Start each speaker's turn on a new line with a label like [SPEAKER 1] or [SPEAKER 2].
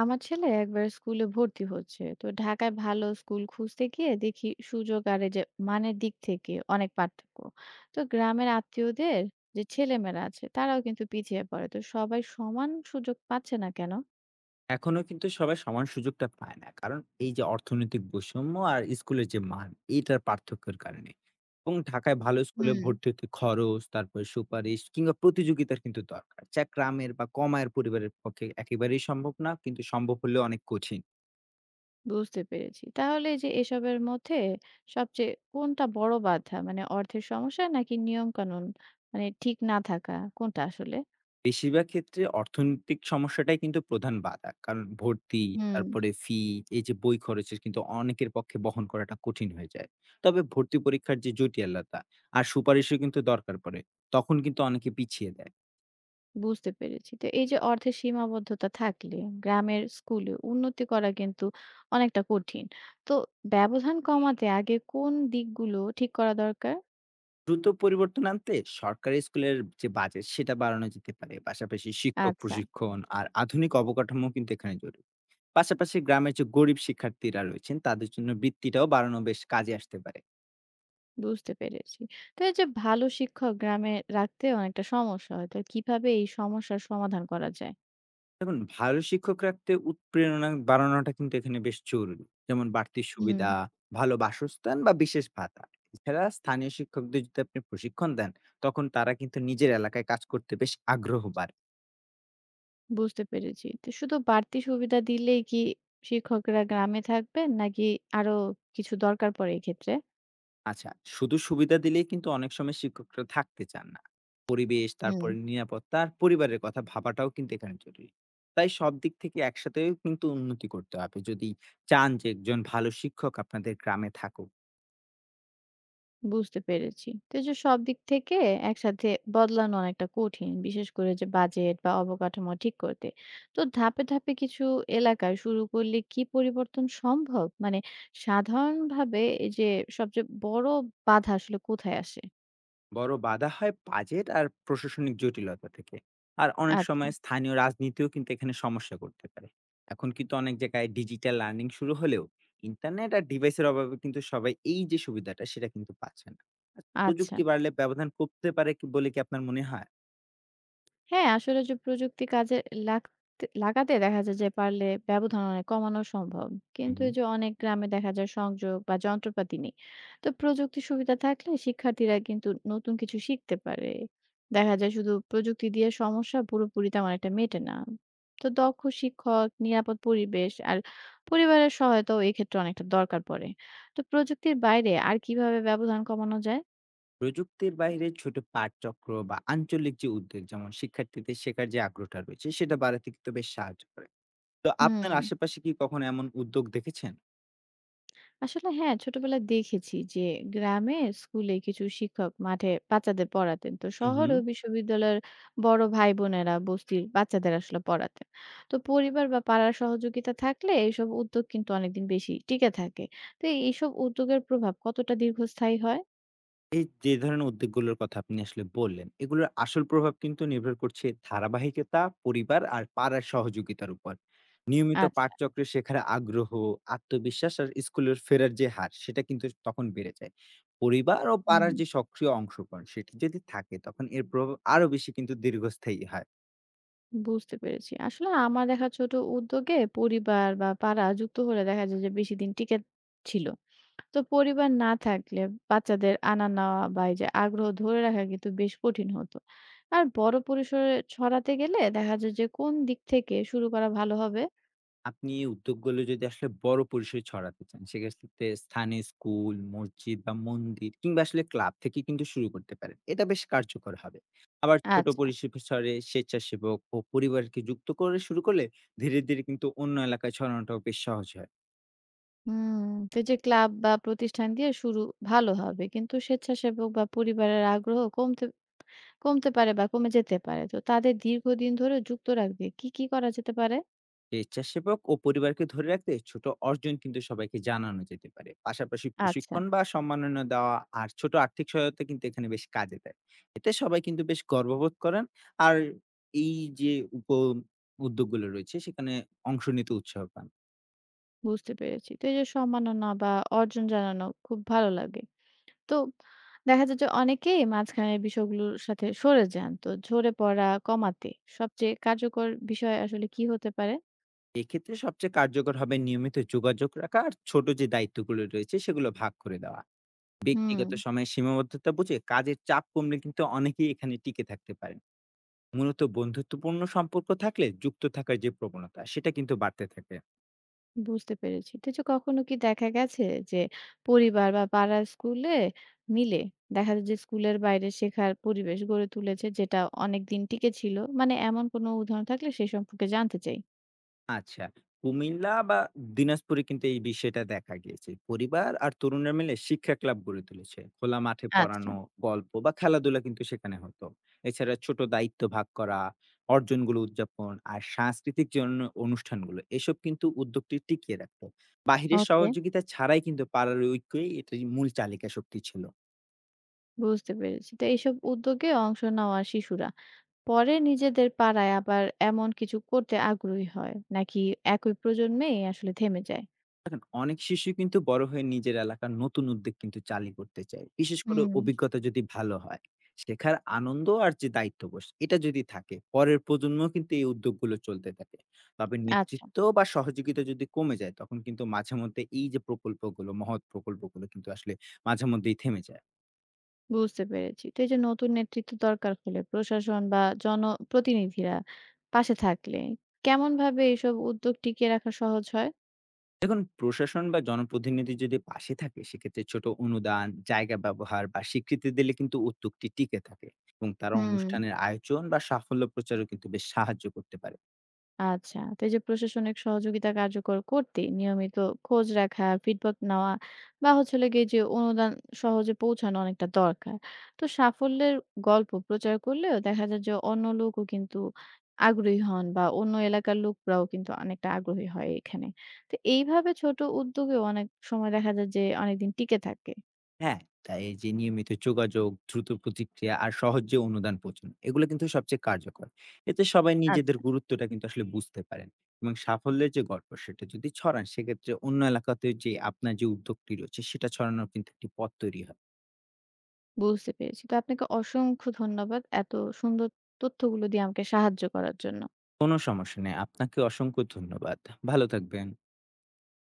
[SPEAKER 1] আমার ছেলে একবার স্কুলে ভর্তি হচ্ছে, তো ঢাকায় ভালো স্কুল খুঁজতে গিয়ে দেখি সুযোগ আর এই যে মানের দিক থেকে অনেক পার্থক্য। তো গ্রামের আত্মীয়দের যে ছেলেমেয়েরা আছে তারাও কিন্তু পিছিয়ে পড়ে। তো সবাই সমান সুযোগ পাচ্ছে না কেন?
[SPEAKER 2] এখনো কিন্তু সবাই সমান সুযোগটা পায় না। কারণ এই যে অর্থনৈতিক বৈষম্য আর স্কুলের যে মান, এইটার পার্থক্যের কারণে। এবং ঢাকায় ভালো স্কুলে
[SPEAKER 1] হুম,
[SPEAKER 2] ভর্তি হতে খরচ, তারপরে সুপারিশ কিংবা প্রতিযোগিতার কিন্তু দরকার। যা গ্রামের বা কম আয়ের পরিবারের পক্ষে একেবারেই সম্ভব না। কিন্তু সম্ভব হলেও অনেক কঠিন।
[SPEAKER 1] বুঝতে পেরেছি। তাহলে এই যে এসবের মধ্যে সবচেয়ে কোনটা বড় বাধা, মানে অর্থের সমস্যা নাকি নিয়ম কানুন মানে ঠিক না থাকা, কোনটা আসলে?
[SPEAKER 2] বেশিরভাগ ক্ষেত্রে অর্থনৈতিক সমস্যাটাই কিন্তু প্রধান বাধা। কারণ ভর্তি,
[SPEAKER 1] হুম,
[SPEAKER 2] তারপরে ফি, এই যে বই খরচের কিন্তু অনেকের পক্ষে বহন করাটা কঠিন হয়ে যায়। তবে ভর্তি পরীক্ষার যে জটিলতা আর সুপারিশও কিন্তু দরকার পড়ে। তখন কিন্তু অনেকে পিছিয়ে দেয়।
[SPEAKER 1] বুঝতে পেরেছি। তো এই যে অর্থের সীমাবদ্ধতা থাকলে গ্রামের স্কুলে উন্নতি করা কিন্তু অনেকটা কঠিন। তো ব্যবধান কমাতে আগে কোন দিকগুলো ঠিক করা দরকার?
[SPEAKER 2] দ্রুত পরিবর্তন আনতে সরকারি স্কুলের যে বাজেট সেটা বাড়ানো যেতে পারে। পাশাপাশি শিক্ষক
[SPEAKER 1] আচ্ছা,
[SPEAKER 2] প্রশিক্ষণ আর আধুনিক অবকাঠামো কিন্তু এখানে জরুরি। পাশাপাশি গ্রামের যে গরিব শিক্ষার্থীরা রয়েছেন তাদের জন্য বৃত্তিটাও বাড়ানো বেশ কাজে আসতে পারে।
[SPEAKER 1] বুঝতে পেরেছি। তো এই যে ভালো শিক্ষক গ্রামে রাখতে অনেকটা সমস্যা হয়। তো কিভাবে এই সমস্যার সমাধান করা যায়?
[SPEAKER 2] দেখুন ভালো শিক্ষক রাখতে উৎপ্রেরণা বাড়ানোটা কিন্তু এখানে বেশ জরুরি। যেমন বাড়তি
[SPEAKER 1] হুম,
[SPEAKER 2] সুবিধা, ভালো বাসস্থান বা বিশেষ ভাতা। এছাড়া স্থানীয় শিক্ষকদের যদি আপনি প্রশিক্ষণ দেন, তখন তারা কিন্তু নিজের এলাকায় কাজ করতে বেশ আগ্রহ বাড়ে।
[SPEAKER 1] বুঝতে পেরেছি। তো শুধু বাড়তি সুবিধা দিলেই কি শিক্ষকরা গ্রামে থাকবেন, নাকি আরো কিছু দরকার পড়ে এক্ষেত্রে?
[SPEAKER 2] আচ্ছা, শুধু সুবিধা দিলেই কিন্তু অনেক সময় শিক্ষকরা থাকতে চান না। পরিবেশ,
[SPEAKER 1] হুম,
[SPEAKER 2] তারপরে নিরাপত্তা আর পরিবারের কথা ভাবাটাও কিন্তু এখানে জরুরি। তাই সব দিক থেকে একসাথে কিন্তু উন্নতি করতে হবে যদি চান যে একজন ভালো শিক্ষক আপনাদের গ্রামে থাকুক।
[SPEAKER 1] বুঝতে পেরেছি। তো এই যে সব দিক থেকে একসাথে বদলানো অনেকটা কঠিন, বিশেষ করে যে বাজেট বা অবকাঠামো ঠিক করতে। তো ধাপে ধাপে কিছু এলাকায় শুরু করলে কি পরিবর্তন সম্ভব? মানে সাধারণভাবে এই যে সবচেয়ে বড় বাধা আসলে কোথায় আসে?
[SPEAKER 2] বড় বাধা হয় বাজেট আর প্রশাসনিক জটিলতা থেকে। আর অনেক
[SPEAKER 1] আচ্ছা,
[SPEAKER 2] সময় স্থানীয় রাজনীতিও কিন্তু এখানে সমস্যা করতে পারে। এখন কিন্তু অনেক জায়গায় ডিজিটাল লার্নিং শুরু হলেও ইন্টারনেট আর ডিভাইসের অভাবে কিন্তু সবাই এই যে সুবিধাটা সেটা কিন্তু পাচ্ছে না। আর
[SPEAKER 1] আচ্ছা।
[SPEAKER 2] প্রযুক্তি বাড়লে ব্যবধান কমতে পারে কি, বলে কি আপনার মনে হয়?
[SPEAKER 1] হ্যাঁ, আসলে যে প্রযুক্তি কাজে লাগতে লাগাতে দেখা যায় যে পারলে ব্যবধান অনেক কমানো সম্ভব। কিন্তু
[SPEAKER 2] হুম।
[SPEAKER 1] এই যে অনেক গ্রামে দেখা যায় সংযোগ বা যন্ত্রপাতি নেই। তো প্রযুক্তির সুবিধা থাকলে শিক্ষার্থীরা কিন্তু নতুন কিছু শিখতে পারে। দেখা যায় শুধু প্রযুক্তি দিয়ে সমস্যা পুরোপুরি তেমন একটা মেটে না। তো দক্ষ শিক্ষক, নিরাপদ পরিবেশ আর পরিবারের সহায়তাও এক্ষেত্রে অনেকটা দরকার পড়ে। তো প্রযুক্তির বাইরে আর কিভাবে ব্যবধান কমানো যায়?
[SPEAKER 2] প্রযুক্তির বাইরে ছোট পাঠচক্র বা আঞ্চলিক যে উদ্যোগ, যেমন শিক্ষার্থীদের শেখার যে আগ্রহটা রয়েছে সেটা বাড়াতে কিন্তু বেশ সাহায্য করে। তো আপনার
[SPEAKER 1] হুম।
[SPEAKER 2] আশেপাশে কি কখনো এমন উদ্যোগ দেখেছেন?
[SPEAKER 1] আসলে হ্যাঁ, ছোটবেলায় দেখেছি যে গ্রামে স্কুলে কিছু শিক্ষক মাঠে বাচ্চাদের পড়াতেন। তো শহর
[SPEAKER 2] হুম।
[SPEAKER 1] ও বিশ্ববিদ্যালয়ের বড় ভাই-বোনেরা বস্তির বাচ্চাদের আসলে পড়াতেন। তো পরিবার বা পাড়ার সহযোগিতা থাকলে এইসব উদ্যোগ কিন্তু অনেকদিন বেশি টিকে থাকে। তো এইসব উদ্যোগের প্রভাব কতটা দীর্ঘস্থায়ী হয়?
[SPEAKER 2] এই যে ধরনের উদ্যোগগুলোর কথা আপনি আসলে বললেন, এগুলোর আসল প্রভাব কিন্তু নির্ভর করছে ধারাবাহিকতা, পরিবার আর পাড়ার সহযোগিতার উপর। নিয়মিত
[SPEAKER 1] আচ্ছা,
[SPEAKER 2] পাঠচক্রে শেখার আগ্রহ, আত্মবিশ্বাস আর স্কুলের ফেরার যে হার, সেটা কিন্তু তখন বেড়ে যায়। পরিবার ও
[SPEAKER 1] হুম,
[SPEAKER 2] পাড়ার যে সক্রিয় অংশগ্রহণ, সেটি যদি থাকে তখন এর প্রভাব আরো বেশি কিন্তু দীর্ঘস্থায়ী হয়।
[SPEAKER 1] বুঝতে পেরেছি। আসলে আমার দেখা ছোট উদ্যোগে পরিবার বা পাড়া যুক্ত হলে দেখা যায় যে বেশিদিন টিকে ছিল। তো পরিবার না থাকলে বাচ্চাদের আনা নেওয়া বা এই যে আগ্রহ ধরে রাখা কিন্তু বেশ কঠিন হতো। আর বড় পরিসরে ছড়াতে গেলে দেখা যায় যে কোন দিক থেকে শুরু করা ভালো হবে?
[SPEAKER 2] আপনি এই উদ্যোগগুলো যদি আসলে বড় পরিসরে ছড়াতে চান সেক্ষেত্রে স্থানীয় স্কুল, মসজিদ বা মন্দির কিংবা আসলে ক্লাব থেকে কিন্তু শুরু করতে পারেন, এটা বেশ কার্যকর হবে। আবার ছোট
[SPEAKER 1] আচ্ছা।
[SPEAKER 2] পরিসরে স্বেচ্ছাসেবক ও পরিবারকে যুক্ত করে শুরু করলে ধীরে ধীরে কিন্তু অন্য এলাকায় ছড়ানোটাও বেশ সহজ হয়।
[SPEAKER 1] হুম। তো এই যে ক্লাব বা প্রতিষ্ঠান দিয়ে শুরু ভালো হবে, কিন্তু স্বেচ্ছাসেবক বা পরিবারের আগ্রহ কমতে কমতে পারে বা কমে যেতে পারে। তো তাদের দীর্ঘদিন ধরে যুক্ত রাখতে কি কি করা যেতে পারে?
[SPEAKER 2] স্বেচ্ছাসেবক ও পরিবারকে ধরে রাখতে ছোট অর্জন কিন্তু সবাইকে জানানো যেতে পারে, পাশাপাশি
[SPEAKER 1] আচ্ছা,
[SPEAKER 2] প্রশিক্ষণ বা সম্মাননা দেওয়া আর ছোট আর্থিক সহায়তা কিন্তু এখানে বেশ কাজে দেয়। এতে সবাই কিন্তু বেশ গর্ববোধ করেন। আর এই যে উপ উদ্যোগগুলো রয়েছে সেখানে অংশ নিতে উৎসাহ পান।
[SPEAKER 1] বুঝতে পেরেছি। তো এই যে সম্মাননা বা অর্জন জানানো খুব ভালো লাগে। তো দেখা যায় যে অনেকেই মাঝখানের বিষয়গুলোর সাথে সরে যান। তো ঝরে পড়া কমাতে সবচেয়ে কার্যকর বিষয় আসলে কি হতে পারে?
[SPEAKER 2] এক্ষেত্রে সবচেয়ে কার্যকর হবে নিয়মিত যোগাযোগ রাখা আর ছোট যে দায়িত্বগুলো রয়েছে সেগুলো ভাগ করে দেওয়া।
[SPEAKER 1] হুম,
[SPEAKER 2] ব্যক্তিগত সময়ে সীমাবদ্ধতা বুঝে কাজের চাপ কমলে কিন্তু অনেকেই এখানে টিকে থাকতে পারেন। মূলত বন্ধুত্বপূর্ণ সম্পর্ক থাকলে যুক্ত থাকার যে প্রবণতা সেটা কিন্তু বাড়তে থাকে।
[SPEAKER 1] বুঝতে পেরেছি। তো যে কখনো কি দেখা গেছে যে পরিবার বা পাড়ার স্কুলে মিলে দেখা যায় যে স্কুলের বাইরে শেখার পরিবেশ গড়ে তুলেছে, যেটা অনেক দিন টিকে ছিল? মানে এমন কোনো উদাহরণ থাকলে সেই সম্পর্কে জানতে চাই।
[SPEAKER 2] আচ্ছা, কুমিল্লা বা দিনাজপুরে কিন্তু এই বিষয়টা দেখা গিয়েছে। পরিবার আর তরুণরা মিলে শিক্ষা ক্লাব গড়ে তুলেছে। খোলা মাঠে
[SPEAKER 1] আচ্ছা,
[SPEAKER 2] পড়ানো, গল্প বা খেলাধুলা কিন্তু সেখানে হতো। এছাড়া ছোট দায়িত্ব ভাগ করা, অর্জনগুলো উদযাপন আর সাংস্কৃতিক যে অনুষ্ঠানগুলো, এসব কিন্তু উদ্যোগটি টিকিয়ে রাখতো। বাহিরের
[SPEAKER 1] ওকে,
[SPEAKER 2] সহযোগিতা ছাড়াই কিন্তু পাড়ার ঐক্যই এটার মূল চালিকা শক্তি ছিল।
[SPEAKER 1] বুঝতে পেরেছি। তো এইসব উদ্যোগে অংশ নেওয়া শিশুরা পরে নিজেদের পাড়ায় আবার এমন কিছু করতে আগ্রহী হয়, নাকি একই প্রজন্মেই আসলে থেমে যায়?
[SPEAKER 2] দেখেন, অনেক শিশু কিন্তু বড় হয়ে নিজের এলাকার নতুন উদ্যোগ কিন্তু চালু করতে চায়, বিশেষ করে
[SPEAKER 1] হুম।
[SPEAKER 2] অভিজ্ঞতা যদি ভালো হয়। শেখার আনন্দ আর যে দায়িত্ববোধ এটা যদি থাকে, পরের প্রজন্ম কিন্তু এই উদ্যোগগুলো চলতে থাকে। তবে
[SPEAKER 1] আচ্ছা,
[SPEAKER 2] নেতৃত্ব বা সহযোগিতা যদি কমে যায় তখন কিন্তু মাঝে মধ্যে এই যে প্রকল্পগুলো, মহৎ প্রকল্পগুলো কিন্তু আসলে মাঝে মধ্যেই থেমে যায়।
[SPEAKER 1] বুঝতে পেরেছি। তো এই যে নতুন নেতৃত্ব দরকার হলে প্রশাসন বা জনপ্রতিনিধিরা পাশে থাকলে কেমন ভাবে এইসব উদ্যোগ টিকিয়ে রাখা সহজ হয়?
[SPEAKER 2] দেখুন, প্রশাসন বা জনপ্রতিনিধি যদি পাশে থাকে সেক্ষেত্রে ছোট অনুদান, জায়গা ব্যবহার বা স্বীকৃতি দিলে কিন্তু উদ্যোগটি টিকে থাকে। এবং তারা
[SPEAKER 1] হুম,
[SPEAKER 2] অনুষ্ঠানের আয়োজন বা সাফল্য প্রচারও কিন্তু বেশ সাহায্য করতে পারে।
[SPEAKER 1] আচ্ছা। তো এই যে প্রশাসনিক সহযোগিতা কার্যকর করতে নিয়মিত খোঁজ রাখা, ফিডব্যাক নেওয়া বা হচ্ছে হলো গিয়ে যে অনুদান সহজে পৌঁছানো অনেকটা দরকার। তো সাফল্যের গল্প প্রচার করলেও দেখা যায় যে অন্য লোকও কিন্তু আগ্রহী হন বা অন্য এলাকার লোকরাও কিন্তু অনেকটা আগ্রহী হয় এখানে। তো এইভাবে ছোট উদ্যোগেও অনেক সময় দেখা যায় যে অনেকদিন টিকে থাকে।
[SPEAKER 2] হ্যাঁ, তাই এই যে নিয়মিত যোগাযোগ, দ্রুত প্রতিক্রিয়া আর সহজে অনুদান পৌঁছানো, এগুলো কিন্তু সবচেয়ে কার্যকর। এতে সবাই
[SPEAKER 1] আচ্ছা,
[SPEAKER 2] নিজেদের গুরুত্বটা কিন্তু আসলে বুঝতে পারেন। এবং সাফল্যের যে গল্প সেটা যদি ছড়ান সেক্ষেত্রে অন্য এলাকাতে যে আপনার যে উদ্যোগটি রয়েছে সেটা ছড়ানোর কিন্তু একটি পথ তৈরি হয়।
[SPEAKER 1] বুঝতে পেরেছি। তো আপনাকে অসংখ্য ধন্যবাদ এত সুন্দর তথ্যগুলো দিয়ে আমাকে সাহায্য করার জন্য।
[SPEAKER 2] কোনো সমস্যা নেই। আপনাকে অসংখ্য ধন্যবাদ। ভালো থাকবেন।